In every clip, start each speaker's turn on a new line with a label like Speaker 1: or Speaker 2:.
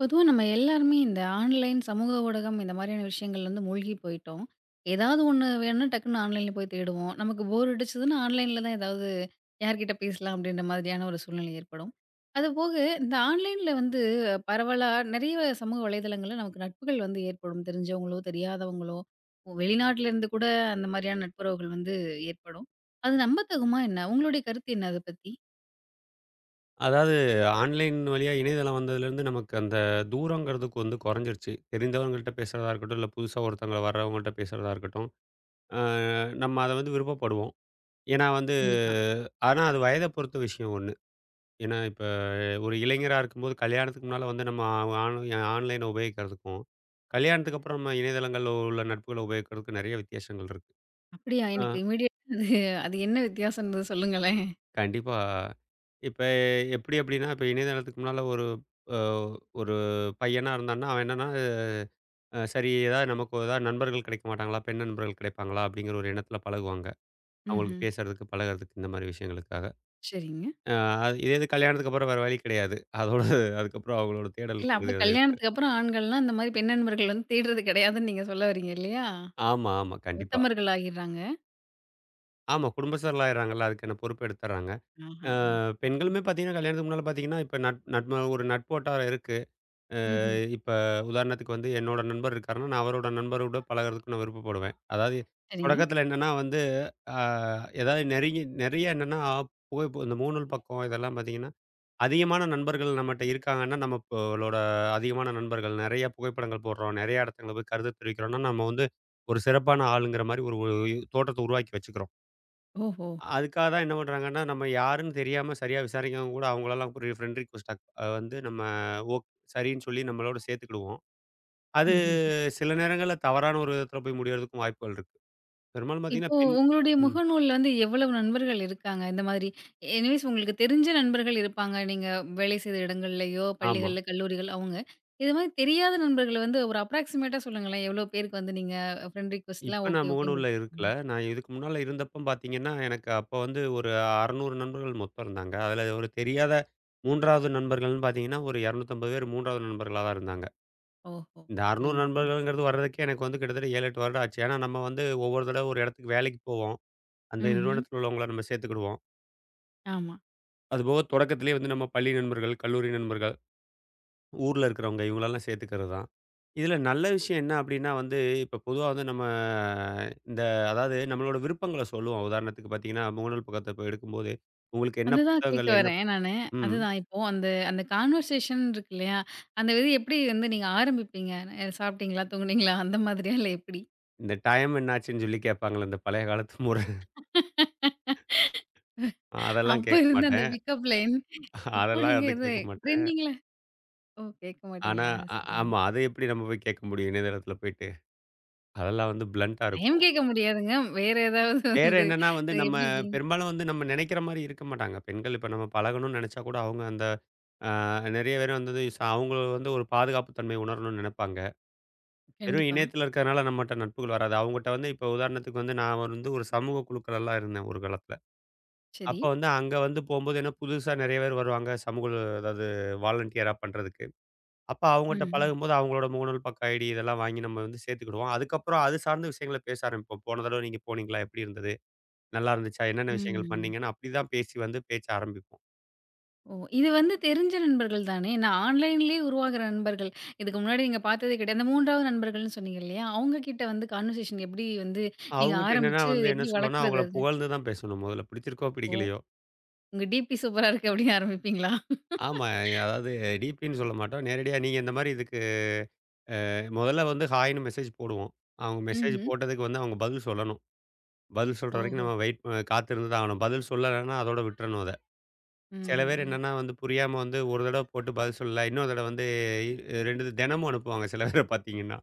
Speaker 1: பொதுவா நம்ம எல்லாருமே இந்த ஆன்லைன், சமூக ஊடகம் இந்த மாதிரியான விஷயங்கள்ல வந்து மூழ்கி போயிட்டோம். ஏதாவது ஒண்ணு வேணும்னா டக்குன்னு ஆன்லைன்ல போய் தேடுவோம். நமக்கு போர் அடிச்சதுன்னா ஆன்லைன்ல தான் ஏதாவது யார்கிட்ட பேசலாம் அப்படின்ற மாதிரியான ஒரு சூழ்நிலை ஏற்படும். அதுபோக இந்த ஆன்லைன்ல வந்து பரவலா நிறைய சமூக வலைதளங்கள்ல நமக்கு நட்புகள் வந்து ஏற்படும். தெரிஞ்சவங்களோ, தெரியாதவங்களோ, வெளிநாட்டுல இருந்து கூட அந்த மாதிரியான நட்புறவுகள் வந்து ஏற்படும். அது நம்பத்தகுமா என்ன? உங்களுடைய கருத்து என்ன அத பத்தி?
Speaker 2: அதாவது ஆன்லைன் வழியா இணையதளம் வந்ததுலேருந்து நமக்கு அந்த தூரங்கிறதுக்கு வந்து குறைஞ்சிருச்சு. தெரிந்தவங்கள்ட்ட பேசுறதா இருக்கட்டும், இல்ல புதுசா ஒருத்தவங்க வர்றவங்கள்ட்ட பேசுறதா இருக்கட்டும், அ நம்ம அத வந்து விருப்பப்படுவோம். ஏன்னா வந்து
Speaker 1: கண்டிப்பா.
Speaker 2: ஆனா அது வயத பொறுத்த விஷயம் ஒண்ணு. ஏன்னா இப்ப ஒரு இளைஞரா இருக்கும்போது கல்யாணத்துக்கு முன்னால வந்து நம்ம ஆன் ஆன்லைன உபயோகிக்கிறதுக்கும், கல்யாணத்துக்கு அப்புறம் நம்ம இணையதளங்கள்ல உள்ள நட்புகள உபயோகிக்கிறதுக்கும் நெறைய வித்தியாசங்கள் இருக்கு.
Speaker 1: அப்படியா?
Speaker 2: அ.
Speaker 1: எனக்கு இம்மீடியேட்டா அது அது என்ன வித்தியாசம்ன்றது சொல்லுங்களேன்.
Speaker 2: கண்டிப்பா. இப்ப எப்படி அப்படின்னா, இப்ப இணையதளத்துக்கு முன்னால ஒரு அ ஒரு பையனா இருந்தான்னா, அவன் என்னன்னா, அ சரி ஏதாவது நமக்கு ஏதாவது நண்பர்கள் கிடைக்க மாட்டாங்களா? பெண் நண்பர்கள் கிடைப்பாங்களா? அப்படிங்கிற ஒரு எண்ணத்தில பழகுவாங்க.
Speaker 1: ம்ஹ்ம்.
Speaker 2: அவங்களுக்கு பேசுறதுக்கு, பழகுறதுக்கு இந்த மாரி விஷயங்களுக்காக.
Speaker 1: சரிங்க.
Speaker 2: அ அது இதே இது கல்யாணத்துக்கு அப்புறம் வேற வழி கிடையாது. அதோட அதுக்கப்புறம் அவங்களோட தேடல்
Speaker 1: இல்ல
Speaker 2: இது
Speaker 1: அப்ப
Speaker 2: அது இருக்காது.
Speaker 1: கல்யாணத்துக்கு அப்புறம் ஆண்கள்லாம் இந்த மாரி பெண் நண்பர்கள் வந்து தேடுறது கிடையாதுன்னு நீங்க சொல்ல வரீங்க இல்லையா?
Speaker 2: ஆமா, ஆமா. கண்டிப்பா.
Speaker 1: உத்தமர்கள் ஆகிர்றாங்க.
Speaker 2: ஆமா. குடும்பஸ்தர்கள் ஆயிடுறாங்கல்ல. அதுக்கான பொறுப்ப எடுத்துர்றாங்க.
Speaker 1: ஆஹா.
Speaker 2: அ பெண்களுமே பார்த்தீங்கன்னா, கல்யாணத்துக்கு முன்னால பார்த்தீங்கன்னா, இப்ப நட்பு ஒரு நட்போட்டாரம் இருக்கு.
Speaker 1: ம்ஹ்ம்.
Speaker 2: இப்ப உதாரணத்துக்கு வந்து என்னோட நண்பர் இருக்காருன்னா, நான் அவரோட நண்பரோட பழகுறதுக்கு நான் விருப்பப்படுவேன். அதாவது
Speaker 1: சரிங்க.
Speaker 2: தொடக்கத்தில என்னன்னா வந்து, அ ஏதாவது நெருங்கி நெறைய என்னன்னா, போய் இப்போ இந்த முகநூல் பக்கம் இதெல்லாம் பார்த்தீங்கன்னா, அதிகமான நண்பர்கள் நம்மட்ட இருக்காங்கன்னா, நம்மளோட அதிகமான நண்பர்கள் நெறைய புகைப்படங்கள் போடுறோம், நெறைய இடத்துல போய் கருத்து தெரிவிக்கிறோம்னா, நம்ம வந்து ஒரு சிறப்பான ஆளுங்கிற மாரி ஒரு ஒரு தோற்றத்த உருவாக்கி வச்சுக்கிறோம்.
Speaker 1: ஓஹோ!
Speaker 2: அதுக்காக தான் என்ன பண்றாங்கன்னா, நம்ம யாருன்னு தெரியாம சரியா விசாரிக்காம கூட அவங்களலாம் ஒரு ஃப்ரெண்ட் ரிக்வெஸ்ட் வந்து நம்ம ஓக் சரின்னு சொல்லி நம்மளோட சேர்த்துக்கிடுவோம்.
Speaker 1: ம்ஹ்ம்.
Speaker 2: சில நேரங்கள்ல தவறான ஒரு விதத்துல போய் முடியறதுக்கும் வாய்ப்புகள் இருக்கு. பெரும்பாலும்
Speaker 1: இப்போ
Speaker 2: பார்த்தீங்கன்னா, பெண்
Speaker 1: உங்களுடைய
Speaker 2: ம்.
Speaker 1: முகநூல்ல வந்து எவ்வளவு நண்பர்கள் இருக்காங்க? இந்த மாதிரி எனிவேய்ஸ் உங்களுக்கு தெரிஞ்ச நண்பர்கள் இருப்பாங்க. நீங்க வேலை செய்த இடங்கள்லயோ,
Speaker 2: ஆமா.
Speaker 1: பள்ளிகள்ல, கல்லூரிகள் அவங்க. இது மாதிரி தெரியாத நண்பர்கள வந்து ஒரு அப்ராக்ஸிமேட்டா சொல்லுங்களேன். எவ்வளோ பேருக்கு வந்து நீங்க ஃப்ரெண்ட் ரிக்வெஸ்ட்லாம்
Speaker 2: இப்ப நான்
Speaker 1: ஓகே, ஓகேன்னு
Speaker 2: முகநூல்ல இருக்கல.
Speaker 1: குடுத்துருக்கீங்க?
Speaker 2: நான் இதுக்கு முன்னால இருந்தப்ப பார்த்தீங்கன்னா, எனக்கு அப்ப வந்து ஒரு 600 நண்பர்கள் மொத்தம் இருந்தாங்க. அதுல ஒரு தெரியாத 3வது நண்பர்கள்ன்னு பார்த்தீங்கன்னா, ஒரு 250 பேர் 3வது நண்பர்களா தான் இருந்தாங்க.
Speaker 1: ஓஹோ!
Speaker 2: இந்த 600
Speaker 1: சரிங்க, சரிங்க.
Speaker 2: நண்பர்கள்ங்கிறது வர்றதுக்கே எனக்கு வந்து கிட்டத்தட்ட 7, 8 வருடம் ஆச்சு. ஏன்னா நம்ம வந்து ஒவ்வொரு தடவ ஒரு இடத்துக்கு வேலைக்கு போவோம். அந்த
Speaker 1: ம்ஹ்ம்.
Speaker 2: நிறுவனத்துல உள்ளவங்கள நம்ம சேர்த்துக்கிடுவோம்.
Speaker 1: ஆமா.
Speaker 2: அதுபோக தொடக்கத்திலேயே வந்து நம்ம பள்ளி நண்பர்கள், கல்லூரி நண்பர்கள் ஊர்ல இருக்கிறவங்க இவங்களெல்லாம் சேர்த்துக்கிறது தான். இதில நல்ல விஷயம் என்ன அப்டின்னா வந்து, இப்ப பொதுவா வந்து நம்ம இந்த அதாவது நம்மளோட விருப்பங்கள சொல்லுவோம். உதாரணத்துக்கு பார்த்தீங்கன்னா, முகநூல் பக்கத்த இப்ப எடுக்கும்போது, உங்களுக்கு என்ன
Speaker 1: அதுதான் கேட்க
Speaker 2: புத்தகங்கள் என்ன
Speaker 1: வரேன் நானு.
Speaker 2: ம்.
Speaker 1: அதுதான் இப்போ அந்த அந்த கான்வர்சேஷன் இருக்கு இல்லையா? அந்த இது எப்படி வந்து நீங்க ஆரம்பிப்பீங்க? சாப்பிட்டீங்களா? தூங்குனீங்களா? அந்த மாதிரியா? இல்ல எப்படி?
Speaker 2: இந்த டைம் என்னாச்சுன்னு சொல்லி கேட்பாங்கள்ல, இந்த பழைய காலத்து முற அதெல்லாம்
Speaker 1: அப்ப
Speaker 2: கேட்க
Speaker 1: இருந்த அந்த
Speaker 2: மாட்டேன்.
Speaker 1: பிக்கப் லைன் இப்போ
Speaker 2: அதெல்லாம்
Speaker 1: நீங்க
Speaker 2: வந்து
Speaker 1: இது
Speaker 2: கேட்க மாட்டேன்.
Speaker 1: ட்ரெண்டிங்ல ஓ! கேட்க
Speaker 2: ஆனா
Speaker 1: மாட்டீங்களா? சரிங்க.
Speaker 2: ஆமா. அது எப்படி நம்ம போய் கேட்க முடியும் இணையதளத்தில போயிட்டு. அதெல்லாம் வந்து பிளன்ட்டா
Speaker 1: டைம்
Speaker 2: இருக்கும்.
Speaker 1: கேட்க முடியாதுங்க. வேற ஏதாவது
Speaker 2: வேற
Speaker 1: வந்து
Speaker 2: என்னன்னா வந்து நம்ம
Speaker 1: எப்படி இருக்கீங்க?
Speaker 2: பெரும்பாலும் வந்து நம்ம நெனைக்கிற மாரி இருக்க மாட்டாங்க. பெண்கள் இப்ப நம்ம பழகணும்னு நெனைச்சா கூட, அவங்க அந்த ஆ நெறைய பேர் வந்து அவுங்க வந்து ஒரு பாதுகாப்பு தன்மை உணரணும்னு நெனைப்பாங்க. வெறும்
Speaker 1: கண்டிப்பா.
Speaker 2: இணையத்தில இருக்கறனால நம்மட்ட நட்புகள் வராது. அவுங்கட்ட வந்து இப்போ உதாரணத்துக்கு வந்து நான் வந்து ஒரு சமூக குழுக்கள்லாம் இருந்தேன் ஒரு காலத்துல.
Speaker 1: சரி.
Speaker 2: அப்ப வந்து அங்க வந்து போம்போது ஏன்னா புதுசா நெறைய பேர் வருவாங்க. சமூக அதாவது வாலண்டியரா பண்றதுக்கு. அப்ப அவுங்கட்ட
Speaker 1: ம்.
Speaker 2: பழகும்போது அவுங்களோட முகநூல் பக்க ஐடி இதெல்லாம் வாங்கி நம்ம வந்து சேர்த்துக்கிடுவோம். அதுக்கப்புறம் அது சார்ந்த விஷயங்கள பேச ஆரம்பிப்போம். போன தடவ நீங்க போனீங்களா? எப்படி இருந்தது? நல்லா இருந்துச்சா? என்னென்ன விஷயங்கள்
Speaker 1: ம்.
Speaker 2: பண்ணீங்கன்னு அப்படி தான் பேசி வந்து பேச்ச ஆரம்பிப்போம்.
Speaker 1: ஓ! இது வந்து தெரிஞ்ச நண்பர்கள் தானே? நான் ஆன்லைன்லயே உருவாகுற நண்பர்கள். இதுக்கு முன்னாடி நீங்க பார்த்ததே கிடையாது. அந்த 3வது நண்பர்கள்ன்னு சொன்னீங்க இல்லையா? அவங்க கிட்ட வந்து கான்வர்சேஷன் எப்படி வந்து நீங்க
Speaker 2: அவுங்கட்ட என்னன்னா
Speaker 1: ஆரம்பிச்சு
Speaker 2: வந்து
Speaker 1: இது
Speaker 2: என்ன
Speaker 1: எப்படி
Speaker 2: சொல்லுவேன்னா,
Speaker 1: வளர்க்குறது
Speaker 2: அவுங்கள
Speaker 1: அது?
Speaker 2: புகழ்ந்து தான் பேசணும். முதல்ல பிடிச்சிருக்கோ!
Speaker 1: ஓ!
Speaker 2: பிடிக்கலையோ!
Speaker 1: உங்க டிபி சூப்பரா இருக்கு அப்படின்னு ஆரம்பிப்பீங்களா?
Speaker 2: ஆமா. அதாவது டிபின்னு சொல்ல மாட்டோம். நேரடியா நீங்க இந்த மாரி இதுக்கு முதல்ல வந்து ஹாய்ன்னு மெசேஜ் போடுவோம். அவங்க மெசேஜ்
Speaker 1: ம்ஹ்ம்.
Speaker 2: போட்டதுக்கு வந்து அவங்க பதில் சொல்லணும். பதில் சொல்ற வரைக்கும்
Speaker 1: ஓஹோ!
Speaker 2: நம்ம வெயிட் காத்திருந்து தான் ஆகணும். பதில் சொல்லலைன்னா அதோட விட்டுறணும் அத.
Speaker 1: ம்ஹ்ம்.
Speaker 2: சில பேர்
Speaker 1: ம்.
Speaker 2: என்னன்னா வந்து புரியாம வந்து ஒரு தடவ போட்டு பதில் சொல்லல. இன்னொரு தடவ வந்து இ 2 தினமும் அனுப்புவாங்க சில பேர பார்த்தீங்கன்னா.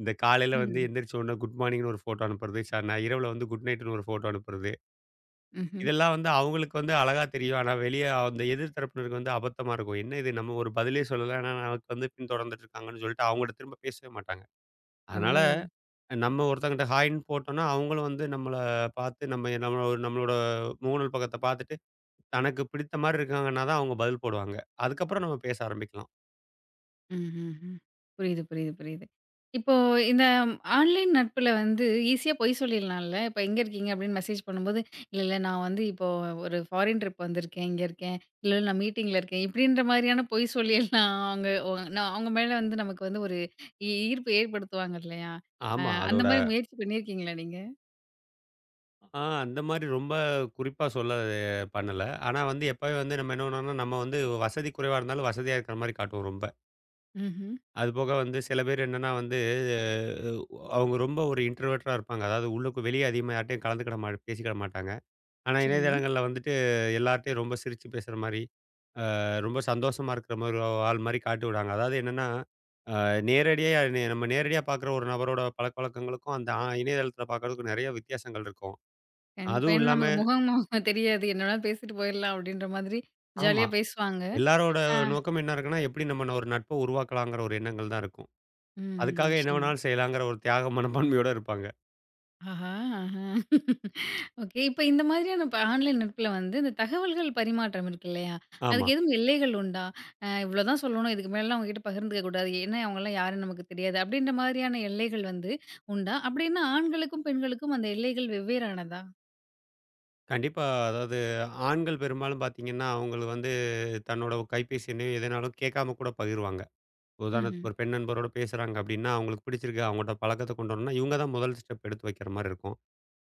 Speaker 2: இந்த காலையில வந்து
Speaker 1: ம்.
Speaker 2: எந்திரிச்ச உடனே குட் மார்னிங்ன்னு ஒரு ஃபோட்டோ அனுப்புறது. ச ந இரவுல வந்து குட் நைட்ன்னு ஒரு ஃபோட்டோ அனுப்புறது.
Speaker 1: ம்ஹ்ம்.
Speaker 2: இதெல்லாம் வந்து அவங்களுக்கு வந்து அழகா தெரியும். ஆனா, வெளிய அந்த எதிர் தரப்பினருக்கு வந்து அபத்தமா இருக்கும். என்ன இது நம்ம ஒரு பதிலே சொல்லல. ஆனா, நமக்கு வந்து பின்தொடர்ந்துட்டு இருக்காங்கன்னு சொல்லிட்டு அவங்கட்ட திரும்ப பேசவே மாட்டாங்க.
Speaker 1: ஓ!
Speaker 2: அதனால நம்ம ஒருத்தங்கட்ட ஹாய்ன்னு போட்டோம்னா, அவங்களும் வந்து நம்மள பார்த்து நம்ம நம்ம நம்மளோட முகநூல் பக்கத்த பார்த்துட்டு, தனக்கு பிடித்த மாரி இருக்காங்கன்னா தான் அவங்க பதில் போடுவாங்க. அதுக்கப்புறம் நம்ம பேச ஆரம்பிக்கலாம்.
Speaker 1: ம்ஹ்ஹ்ம். புரியுது, புரியுது, புரியுது. இப்போ இந்த ஆன்லைன் நட்புல வந்து ஈஸியா பொய் சொல்லிடலாம்ல. இப்ப எங்க இருக்கீங்க அப்படின்னு மெசேஜ் பண்ணும்போது, இல்ல, இல்ல நான் வந்து இப்போ ஒரு ஃபாரின் ட்ரிப் வந்திருக்கேன், இங்க இருக்கேன். இல்ல, இல்ல நான் மீட்டிங்ல இருக்கேன். இப்படின்ற மாரியான பொய் சொல்லியெல்லாம் அவங்க நான் அவங்க மேல வந்து நமக்கு வந்து ஒரு ஈர்ப்பு ஏற்படுத்துவாங்க இல்லையா? அ
Speaker 2: ஆமா.
Speaker 1: அந்த
Speaker 2: அதோட
Speaker 1: மாரி முயற்சி பண்ணியிருக்கீங்களா நீங்க?
Speaker 2: அந்த மாரி ரொம்ப குறிப்பா சொல்ல பண்ணல. ஆனா வந்து எப்பவே வந்து நம்ம என்ன பண்ணுவோம்னா, நம்ம வந்து வசதி குறைவா இருந்தாலும் வசதியா இருக்கிற மாரி காட்டுவோம் ரொம்ப.
Speaker 1: ம்ஹ்ம்.
Speaker 2: அது போக வந்து சில பேர் என்னன்னா வந்து, அஹ், அவங்க ரொம்ப ஒரு இன்ட்ரோவெர்ட்டா இருப்பாங்க. அதாவது உள்ளுக்கு வெளிய அதிகமா யார்ட்டயும் கலந்துக்கிட பேசிக்கிட மாட்டாங்க. ஆனா
Speaker 1: சரிங்க.
Speaker 2: இணையதளங்கள்ல வந்துட்டு எல்லார்ட்டயும் ரொம்ப சிரிச்சு பேசுற மாரி, ரொம்ப சந்தோஷமா இருக்கிற மாரி ஒரு ஆள் மாரி காட்டி விடுவாங்க. அதாவது என்னன்னா, அ நேரடியா நம்ம நேரடியா பார்க்குற ஒரு நபரோட பழக்கவழக்கங்களுக்கும், அந்த இணையதளத்தில பார்க்கறதுக்கும் நெறைய வித்தியாசங்கள் இருக்கும்.
Speaker 1: கண்டிப்பா.
Speaker 2: அதுவும்
Speaker 1: ஏன்னா
Speaker 2: இல்லாம
Speaker 1: நமக்கு முகம் முகம் தெரியாது. என்ன வேணாலும் பேசிட்டு போயிடலாம் அப்படின்ற மாதிரி
Speaker 2: ஆமா.
Speaker 1: ஜாலியா பேசுவாங்க.
Speaker 2: எல்லாரோட
Speaker 1: ஆ.
Speaker 2: நோக்கம் என்ன இருக்குன்னா, எப்படி நம்ம ஒரு நட்ப உருவாக்கலாங்கிற ஒரு எண்ணங்கள் தான் இருக்கும்.
Speaker 1: ம்.
Speaker 2: அதுக்காக என்ன
Speaker 1: நிச்சயமா.
Speaker 2: வேணாலும் செய்யலாங்கிற ஒரு தியாக மனப்பான்மையோட இருப்பாங்க.
Speaker 1: ஆஹா! ஆஹா! ஓகே. இப்ப இந்த மாதிரியான இப்ப ஆன்லைன் நட்புல வந்து இந்த தகவல்கள் பரிமாற்றம் இருக்கு இல்லையா?
Speaker 2: ஆமா.
Speaker 1: அதுக்கு எதுவும் எல்லைகள் உண்டா? இவ்ளோ தான் சொல்லணும். இதுக்கு மேலலாம் அவங்ககிட்ட பகிர்ந்துக்க கூடாது. ஏன்னா அவங்கலாம் யாருன்னு நமக்கு தெரியாது. அப்படின்ற மாதிரியான எல்லைகள் வந்து உண்டா? அப்படின்னா ஆண்களுக்கும், பெண்களுக்கும் அந்த எல்லைகள் வெவ்வேறானதா?
Speaker 2: கண்டிப்பா. அதாவது ஆண்கள் பெரும்பாலும் பார்த்தீங்கன்னா, அவங்களுக்கு வந்து தன்னோட கைபேசி எண்ணையோ, எதனாலும் கேட்காம கூட பகிர்வாங்க.
Speaker 1: ம்ஹ்ம்.
Speaker 2: உதாரணத்துக்கு ஒரு பெண் நண்பரோட பேசுறாங்க அப்டின்னா, அவங்களுக்கு பிடிச்சிருக்கு அவங்கள்ட்ட பழக்கத்த கொண்டு வரணும்னா, இவங்க தான் முதல் ஸ்டெப் எடுத்து வைக்கிற மாரி இருக்கும்.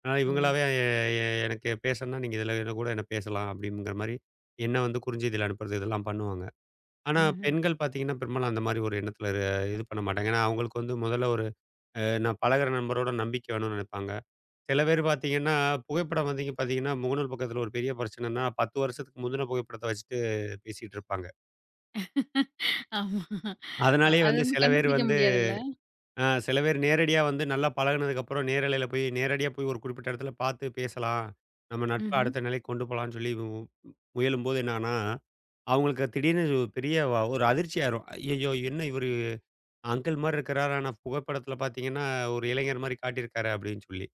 Speaker 2: ஆனா
Speaker 1: ஓ!
Speaker 2: இவங்களாவே எ எ எனக்கு பேசணும்னா நீங்க இதில என்ன கூட என்ன பேசலாம் அப்டிங்கிற மாரி, எண்ண வந்து குறுஞ்செய்தியில அனுப்புறது இதெல்லாம் பண்ணுவாங்க. ஆனா
Speaker 1: ம்ஹ்ம்.
Speaker 2: பெண்கள் பார்த்தீங்கன்னா, பெரும்பாலும் அந்த மாரி ஒரு எண்ணத்தில இது பண்ண மாட்டாங்க. ஏன்னா அவங்களுக்கு வந்து முதல்ல ஒரு நான் பழகுற நண்பரோட நம்பிக்கை வேணும்னு நெனைப்பாங்க. சில பேர் பார்த்தீங்கன்னா, புகைப்படம் வந்தீங்க பார்த்தீங்கன்னா, முகநூல் பக்கத்தில ஒரு பெரிய பிரச்சனைன்னா, 10 வருஷத்துக்கு முந்தின புகைப்படத்த வச்சுட்டு பேசிட்டு இருப்பாங்க.
Speaker 1: ஆமா.
Speaker 2: அதனாலேயே
Speaker 1: அது
Speaker 2: வந்து
Speaker 1: வந்து
Speaker 2: சில பேர்
Speaker 1: கண்டுபிடிக்க
Speaker 2: வந்து
Speaker 1: முடியாதுல்ல?
Speaker 2: சில பேர் நேரடியா வந்து நல்லா பழகுனதுக்கப்புறம் நேரலையில போய் நேரடியா போய் ஒரு குறிப்பிட்ட இடத்துல பார்த்து பேசலாம். நம்ம நட்ப
Speaker 1: ம்ஹ்ம்.
Speaker 2: அடுத்த நிலைக்கு கொண்டு போலான்னு சொல்லி முயலும்போது என்னான்னா, அவங்களுக்கு திடீர்னு ஒரு பெரிய ஒரு அதிர்ச்சி ஆயிரும். "ஐய்யய்யோ! என்ன இவரு அங்கிள் மாரி இருக்கிறாரு. ஆனா புகைப்படத்தில பார்த்தீங்கன்னா, ஒரு இளைஞர் மாரி காட்டியிருக்காரே!" அப்படின்னு சொல்லி.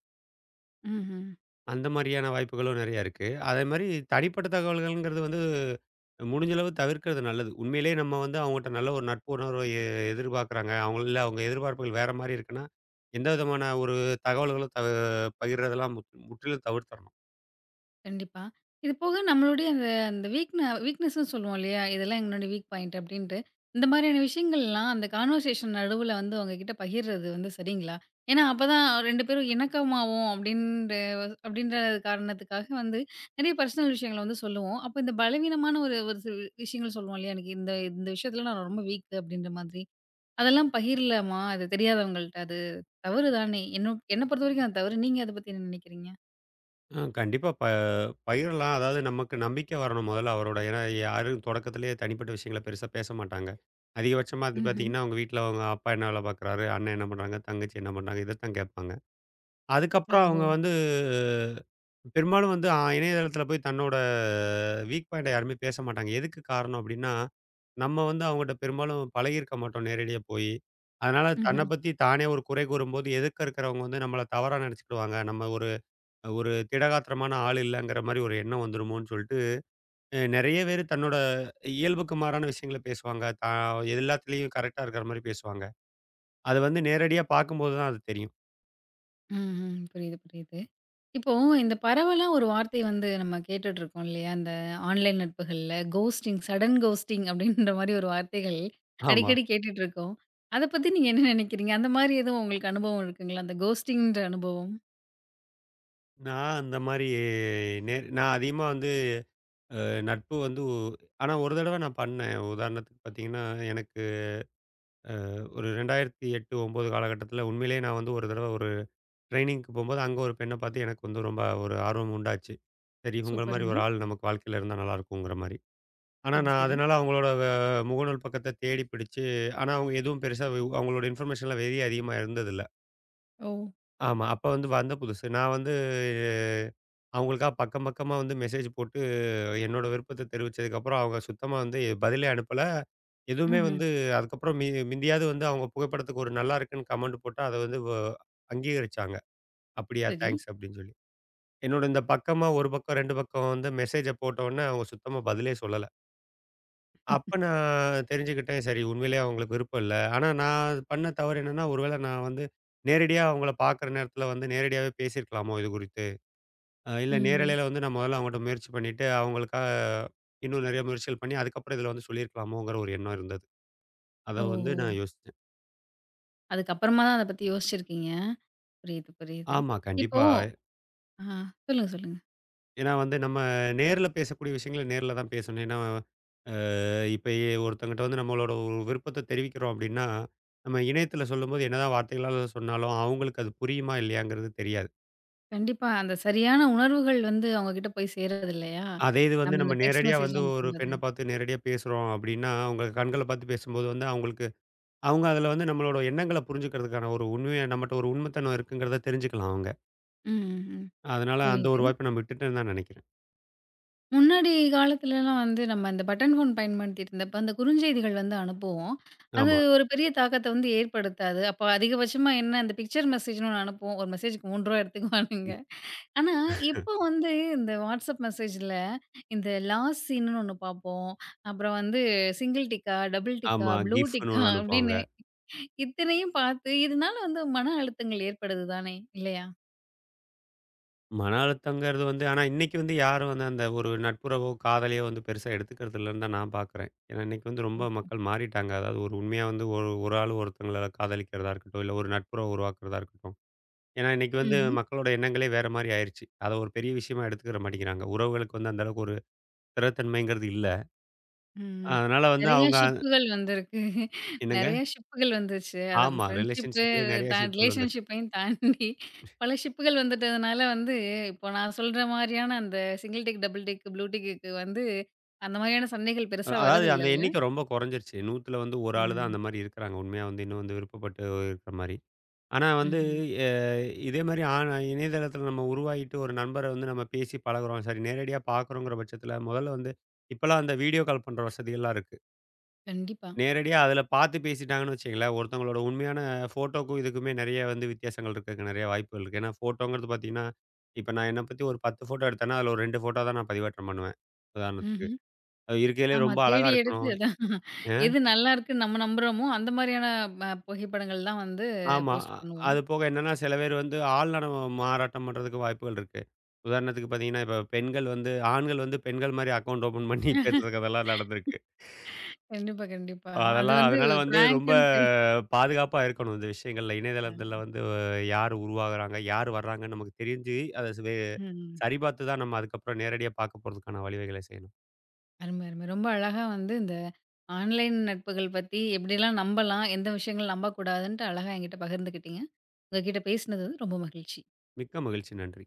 Speaker 1: ம்ஹ்ம்.
Speaker 2: அந்த மாரியான வாய்ப்புகளும் நெறையா இருக்கு. அதேமாரி தனிப்பட்ட தகவல்கள்ங்கிறது வந்து முடிஞ்ச அளவு தவிர்க்கிறது நல்லது. உண்மையிலேயே நம்ம வந்து அவங்கட்ட நல்ல ஒரு நட்பு உணர்வ எதிர்பார்க்குறாங்க. அவங்க இல்ல அவங்க எதிர்பார்ப்புகள் வேற மாரி இருக்குன்னா, எந்த விதமான ஒரு தகவல்களும் பகிர்றதெல்லாம் முற்றிலும் தவிர்த்தரணும்.
Speaker 1: கண்டிப்பா. இது போக நம்மளுடைய அந்த அந்த வீக்னஸ்ன்னு சொல்லுவோம் இல்லையா? இதெல்லாம் எங்களுடைய வீக் பாயிண்ட் அப்டின்ட்டு. இந்த மாதிரியான விஷயங்கள்லாம் அந்த கான்வர்சேஷன் நடுவுல வந்து உங்ககிட்ட பகிர்றது வந்து சரிங்களா? ஏன்னா, அப்பதான் 2 பேரும் இணக்கமாவோம் அப்டின்ற அப்டின்ற காரணத்துக்காக வந்து நெறைய பர்சனல் விஷயங்கள வந்து சொல்லுவோம். அப்ப இந்த பலவீனமான ஒரு ஒரு சில விஷயங்கள் சொல்லுவோம் இல்லையா? எனக்கு இந்த இந்த விஷயத்துல நான் ரொம்ப வீக் அப்டின்ற மாதிரி. அதெல்லாம் பகிரலாமா? அது தெரியாதவங்கள்ட்ட. அது தவறு தானே? என்ன என்ன பொறுத்தவரைக்கும் அது தவறு. நீங்க அத பத்தி என்ன நெனைக்கிறீங்க?
Speaker 2: கண்டிப்பா பகிரலாம். அதாவது நமக்கு நம்பிக்கை வரணும் முதல்ல அவரோட. ஏன்னா யாரும் தொடக்கத்திலேயே தனிப்பட்ட விஷயங்கள பெருசா பேச மாட்டாங்க. அதிகபட்சமா வந்து
Speaker 1: ம்ஹ்ம்.
Speaker 2: பார்த்தீங்கன்னா, அவங்க வீட்ல அவங்க அப்பா என்ன வேலை பார்க்குறாரு? அண்ணன் என்ன பண்றாங்க? தங்கச்சி என்ன பண்றாங்க? இத தான் கேட்பாங்க. அதுக்கப்புறம் அவங்க
Speaker 1: ஓஹோ!
Speaker 2: வந்து பெரும்பாலும் வந்து இணையதளத்தில போய் தன்னோட வீக் பாயிண்ட்ட யாருமே பேச மாட்டாங்க. எதுக்கு காரணம் அப்டின்னா, நம்ம வந்து அவங்கட்ட பெரும்பாலும் பழகியிருக்க மாட்டோம் நேரடியா போயி. அதனால தன்ன
Speaker 1: ம்ஹ்ம்.
Speaker 2: பத்தி தானே ஒரு குறை கூறும்போது, எதுக்க இருக்கிறவங்க வந்து நம்மள தவறா நெனச்சுக்கிடுவாங்க. நம்ம ஒரு ஒரு திடகாத்திரமான ஆள் இல்லங்கிற மாரி ஒரு எண்ணம் வந்துருமோன்னு சொல்ட்டு, நெறைய பேரு தன்னோட இயல்புக்கு மாறான விஷயங்கள பேசுவாங்க. எல்லாத்துலயும் கரெக்ட்டா இருக்கிற மாரி பேசுவாங்க. அது வந்து நேரடியா பார்க்கும்போது தான் அது தெரியும்.
Speaker 1: ம்ஹ்ம். புரியுது, புரியுது. இப்போ இந்த பரவலா ஒரு வார்த்தை வந்து நம்ம கேட்டுட்டு இருக்கோம் இல்லையா? அந்த ஆன்லைன் நட்புகள்ல கோஸ்டிங், சடன் கோஸ்டிங் அப்படின்ற மாரி ஒரு வார்த்தைகள்
Speaker 2: ஆமா.
Speaker 1: அடிக்கடி கேட்டுட்டு இருக்கோம். அத பத்தி நீங்க என்ன நினைக்கிறீங்க? அந்த மாரி எதுவும் உங்களுக்கு அனுபவம் இருக்குங்களா? அந்த கோஸ்டிங்ன்ற அனுபவம்?
Speaker 2: நான் அந்த மாரி நான் அதிகமா வந்து அ நட்பு வந்து ஆனா ஒரு தடவ நான் பண்ணேன். உதாரணத்துக்கு பார்த்தீங்கன்னா, எனக்கு ஒரு 2008, 9 காலகட்டத்தில உண்மையிலேயே நான் வந்து ஒரு தடவ ஒரு ட்ரெய்னிங்க்கு போம்போது, அங்க ஒரு பெண்ண பார்த்து எனக்கு வந்து ரொம்ப ஒரு ஆர்வம் உண்டாச்சு. சரி இவங்கள மாரி
Speaker 1: சூப்பருங்க.
Speaker 2: ஒரு ஆள் நமக்கு வாழ்க்கையில இருந்தா நல்லாயிருக்குங்கிற மாரி. ஆனா
Speaker 1: சரி,
Speaker 2: நான்
Speaker 1: சரி.
Speaker 2: அதனால அவங்களோட முகநூல் பக்கத்த தேடி பிடிச்சு ஆனா அவங்க எதுவும் பெருசா அவங்களோட இன்ஃபர்மேஷன்லாம் வெளிய அதிகமா இருந்ததில்ல.
Speaker 1: ஓ!
Speaker 2: ஆமா. அப்ப வந்து வந்த புதுசு. நான் வந்து அஹ், அவங்களுக்கா பக்கம் பக்கமா வந்து மெசேஜ் போட்டு என்னோட விருப்பத்த தெரிவிச்சதுக்கப்புறம் அவங்க சுத்தமா வந்து பதிலே அனுப்பல. எதுவுமே
Speaker 1: ம்ஹ்ம்.
Speaker 2: வந்து அதுக்கப்புறம் மிந்தியாவது வந்து அவங்க புகைப்படத்துக்கு ஒரு நல்லா இருக்குன்னு கமெண்ட் போட்டா, அத வந்து அங்கீகரிச்சாங்க. "அப்படியா!
Speaker 1: சரி.
Speaker 2: தேங்க்ஸ்" அப்படின்னு சொல்லி. என்னோட இந்த பக்கமா ஒரு பக்கம் 2 பக்கம் வந்து மெசேஜ போட்டவுடனே அவங்க சுத்தமா பதிலே சொல்லல. அப்ப நான் தெரிஞ்சுக்கிட்டேன், சரி உண்மையிலேயே அவங்களுக்கு விருப்பம் இல்ல. ஆனா நான் பண்ண தவறு என்னன்னா, ஒருவேள நான் வந்து நேரடியா அவங்கள பார்க்குற நேரத்தில வந்து நேரடியாவே பேசியிருக்கலாமோ இது குறித்து? இல்ல
Speaker 1: ம்.
Speaker 2: நேரலையில வந்து நான் முதல்ல அவங்கட்ட முயற்சி பண்ணிட்டு, அவங்களுக்காக இன்னும் நெறைய முயற்சிகள் பண்ணி, அதுக்கப்புறம் இதில வந்து சொல்லியிருக்கலாமோங்கிற ஒரு எண்ணம் இருந்தது. அத வந்து
Speaker 1: ஓஹோ!
Speaker 2: நான் யோசிச்சேன்.
Speaker 1: அதுக்கப்புறமா தான் அத பத்தி யோசிச்சிருக்கீங்க. புரியுது, புரியுது.
Speaker 2: ஆமா,
Speaker 1: இப்போ
Speaker 2: கண்டிப்பா.
Speaker 1: ஆ சொல்லுங்க, சொல்லுங்க.
Speaker 2: ஏன்னா வந்து நம்ம நேர்ல பேசக்கூடிய விஷயங்கள நேர்ல தான் பேசணும். ஏன்னா, அ இப்ப ஒருத்தங்கிட்ட வந்து நம்மளோட ஒரு விருப்பத்த தெரிவிக்கிறோம் அப்டின்னா, நம்ம இணையத்தில சொல்லும்போது என்னதான் வார்த்தைகளால சொன்னாலும், அவங்களுக்கு அது புரியுமா இல்லையாங்கிறது தெரியாது.
Speaker 1: கண்டிப்பா. அந்த சரியான உணர்வுகள் வந்து அவங்க கிட்ட போய் சேர்றது இல்லையா?
Speaker 2: அதே இது வந்து
Speaker 1: நம்ம
Speaker 2: நம்ம
Speaker 1: இந்த டெக்ஸ்ட்
Speaker 2: நேரடியா
Speaker 1: மெசேஜ்
Speaker 2: வந்து ஒரு
Speaker 1: அனுப்பும்போது.
Speaker 2: பெண்ண பார்த்து நேரடியா பேசுறோம் அப்டின்னா, அவங்க கண்கள பார்த்து பேசும்போது வந்து அவங்களுக்கு அவங்க அதில வந்து நம்மளோட எண்ணங்கள புரிஞ்சுக்கிறதுக்கான ஒரு உண்மைய நம்மட்ட ஒரு உண்மைத்தனம் இருக்குங்கிறத தெரிஞ்சுக்கலாம் அவங்க.
Speaker 1: ம், ம். ம்.
Speaker 2: அதனால அந்த
Speaker 1: புரியுது.
Speaker 2: ஒரு வாய்ப்ப நான் விட்டுட்டேன்னு தான் நினைக்கிறேன்.
Speaker 1: முன்னாடி காலத்துலலாம் வந்து நம்ம அந்த பட்டன் ஃபோன் பயன்படுத்திட்டு இருந்தப்ப, அந்த குறுஞ்செய்திகள் வந்து அனுப்புவோம். அது
Speaker 2: ஆமா,
Speaker 1: ஒரு பெரிய தாக்கத்த வந்து ஏற்படுத்தாது. அப்ப அதிகபட்சமா என்ன அந்த பிக்சர் மெசேஜ்ன்னு ஒண்ணு அனுப்புவோம். ஒரு மெசேஜ்க்கு ரூ. 3 எடுத்துக்குவானுங்க. ஆனா, இப்போ வந்து இந்த வாட்ஸ்அப் மெசேஜ்ல இந்த லாஸ்ட் சீனுன்னு ஒண்ணு பார்ப்போம். அப்புறம் வந்து சிங்கிள் டிக்கா, டபுள் டிக்கா,
Speaker 2: ஆமா.
Speaker 1: ப்ளூ
Speaker 2: கிஃப்ன்னு
Speaker 1: டிக்கா
Speaker 2: ஒண்ணு அனுப்புவாங்க.
Speaker 1: அப்படின்னு இத்தனையும் பார்த்து இதனால வந்து மன அழுத்தங்கள் ஏற்படுது தானே இல்லையா?
Speaker 2: மன அழுத்தங்கிறது வந்து ஆனா இன்னைக்கு வந்து யாரும் வந்து அந்த ஒரு நட்புறவோ, காதலையோ வந்து பெருசா எடுத்துக்கிறது இல்லன்னு தான் நான் பார்க்குறேன். ஏன்னா இன்னைக்கு வந்து ரொம்ப
Speaker 1: ஓஹோ!
Speaker 2: மக்கள் மாறிட்டாங்க. அதாவது ஒரு உண்மையா வந்து ஒரு ஒரு ஆள் ஒருத்தங்கள காதலிக்கிறதா இருக்கட்டும், இல்ல ஒரு நட்புறவு உருவாக்குறதா இருக்கட்டும். ஏன்னா இன்னைக்கு வந்து
Speaker 1: ம்ஹ்ம்.
Speaker 2: மக்களோட எண்ணங்களே வேற மாரி ஆயிருச்சு. அத ஒரு பெரிய விஷயமா எடுத்துக்கிற மாட்டேங்கிறாங்க. உறவுகளுக்கு வந்து அந்த அளவுக்கு ஒரு ஸ்திரத்தன்மைங்கிறது இல்ல.
Speaker 1: ம்.
Speaker 2: அதனால வந்து
Speaker 1: நெறைய
Speaker 2: அவங்க
Speaker 1: ஷிப்புகள் வந்திருக்கு.
Speaker 2: என்னங்க?
Speaker 1: நெறைய ஷிப்புகள் வந்துருச்சு. அத
Speaker 2: ஆமா.
Speaker 1: ஃப்ரெண்ட்ஷிப்பு
Speaker 2: ரிலேஷன்ஷிப்லயே நெறைய ஷிப்கள் வந்துருச்சு.
Speaker 1: ரிலேஷன்ஷிப்பையும் தாண்டி பல ஷிப்புகள் வந்துட்டதுனால வந்து, இப்போ நான் சொல்ற மாரியான அந்த single tick, double tick, blue டேக்குக்கு வந்து அந்த மாரியான சண்டைகள் பெருசா
Speaker 2: அதாவது அந்த
Speaker 1: வரதில்லல்ல?
Speaker 2: எண்ணிக்கை ரொம்ப குறைஞ்சிருச்சு. 100ல வந்து ஒரு ஆளு தான்
Speaker 1: ம்.
Speaker 2: அந்த மாரி இருக்கிறாங்க. உண்மையா வந்து இன்னும் வந்து விருப்பப்பட்டு இருக்கிற மாரி. ஆனா வந்து
Speaker 1: ம்ஹ்ம்.
Speaker 2: எ இதே மாரி ஆனா இணையதளத்தில நம்ம உருவாகிட்டு ஒரு நண்பர வந்து நம்ம பேசி பழகுறோம். சரி நேரடியா பார்க்குறோங்கிற பட்சத்தில முதல்ல வந்து இப்பலாம் அந்த வீடியோ கால் பண்ற வசதிகள்லாம் இருக்கு.
Speaker 1: கண்டிப்பா.
Speaker 2: நேரடியா அதுல பார்த்து பேசிட்டாங்கன்னு வச்சுக்கங்களேன், ஒருத்தவங்களோட உண்மையான ஃபோட்டோக்கும் இதுக்குமே நெறைய வந்து வித்தியாசங்கள் இருக்கிறதுக்கு நெறைய வாய்ப்புகள் இருக்கு. ஏன்னா ஃபோட்டோங்கிறது பார்த்தீங்கன்னா, இப்ப நான் என்ன பத்தி ஒரு 10 ஃபோட்டோ எடுத்தேன்னா, அதுல ஒரு 2 ஃபோட்டோ தான் நான் பதிவேற்றம் பண்ணுவேன். உதாரணத்துக்கு.
Speaker 1: ம்ஹ்ம்.
Speaker 2: அது இருக்கையிலேயே
Speaker 1: ஆமா.
Speaker 2: ரொம்ப அழகா
Speaker 1: தேடி எடுத்து
Speaker 2: இருக்கணும்.
Speaker 1: அதான்
Speaker 2: அ
Speaker 1: எது நல்லாருக்குன்னு நம்ம நம்புறோமோ, அந்த மாரியான புகைப்படங்கள் தான் வந்து
Speaker 2: ஆமா.
Speaker 1: போஸ்ட் பண்ணுவோம்.
Speaker 2: அது போக என்னன்னா, சில பேர் வந்து ஆள்நடம் மாறாட்டம் பண்றதுக்கு வாய்ப்புகள் இருக்கு. உதாரணத்துக்கு பார்த்தீங்கன்னா, இப்ப பெண்கள் வந்து ஆண்கள் வந்து பெண்கள் மாரி அக்கவுண்ட் ஓப்பன் பண்ணி பேசுறதுக்கு அதெல்லாம் நடந்திருக்கு.
Speaker 1: கண்டிப்பா, கண்டிப்பா. அது
Speaker 2: அதெல்லாம்
Speaker 1: வந்து
Speaker 2: அதனால வந்து ரொம்ப
Speaker 1: பிராங்க்குன்ட்டு.
Speaker 2: பாதுகாப்பா இருக்கணும் இந்த விஷயங்கள்ல. இணையதளத்துல
Speaker 1: அ.
Speaker 2: வந்து யார் உருவாகுறாங்க, யார் வர்றாங்கன்னு நமக்கு தெரிஞ்சு, அத ஸ் வே
Speaker 1: ம்.
Speaker 2: சரிபார்த்து தான் நம்ம அதுக்கப்புறம் நேரடியா பார்க்க போறதுக்கான வழிவகைகளை செய்யணும்.
Speaker 1: அருமை, அருமை. ரொம்ப அழகா வந்து இந்த ஆன்லைன் நட்புகள் பத்தி எப்படிலாம் நம்பலாம், எந்த விஷயங்கள் நம்பக்கூடாதுன்ட்டு அழகா என்கிட்ட பகிர்ந்துக்கிட்டீங்க. உங்ககிட்ட பேசினது வந்து ரொம்ப மகிழ்ச்சி.
Speaker 2: மிக்க மகிழ்ச்சி. நன்றி.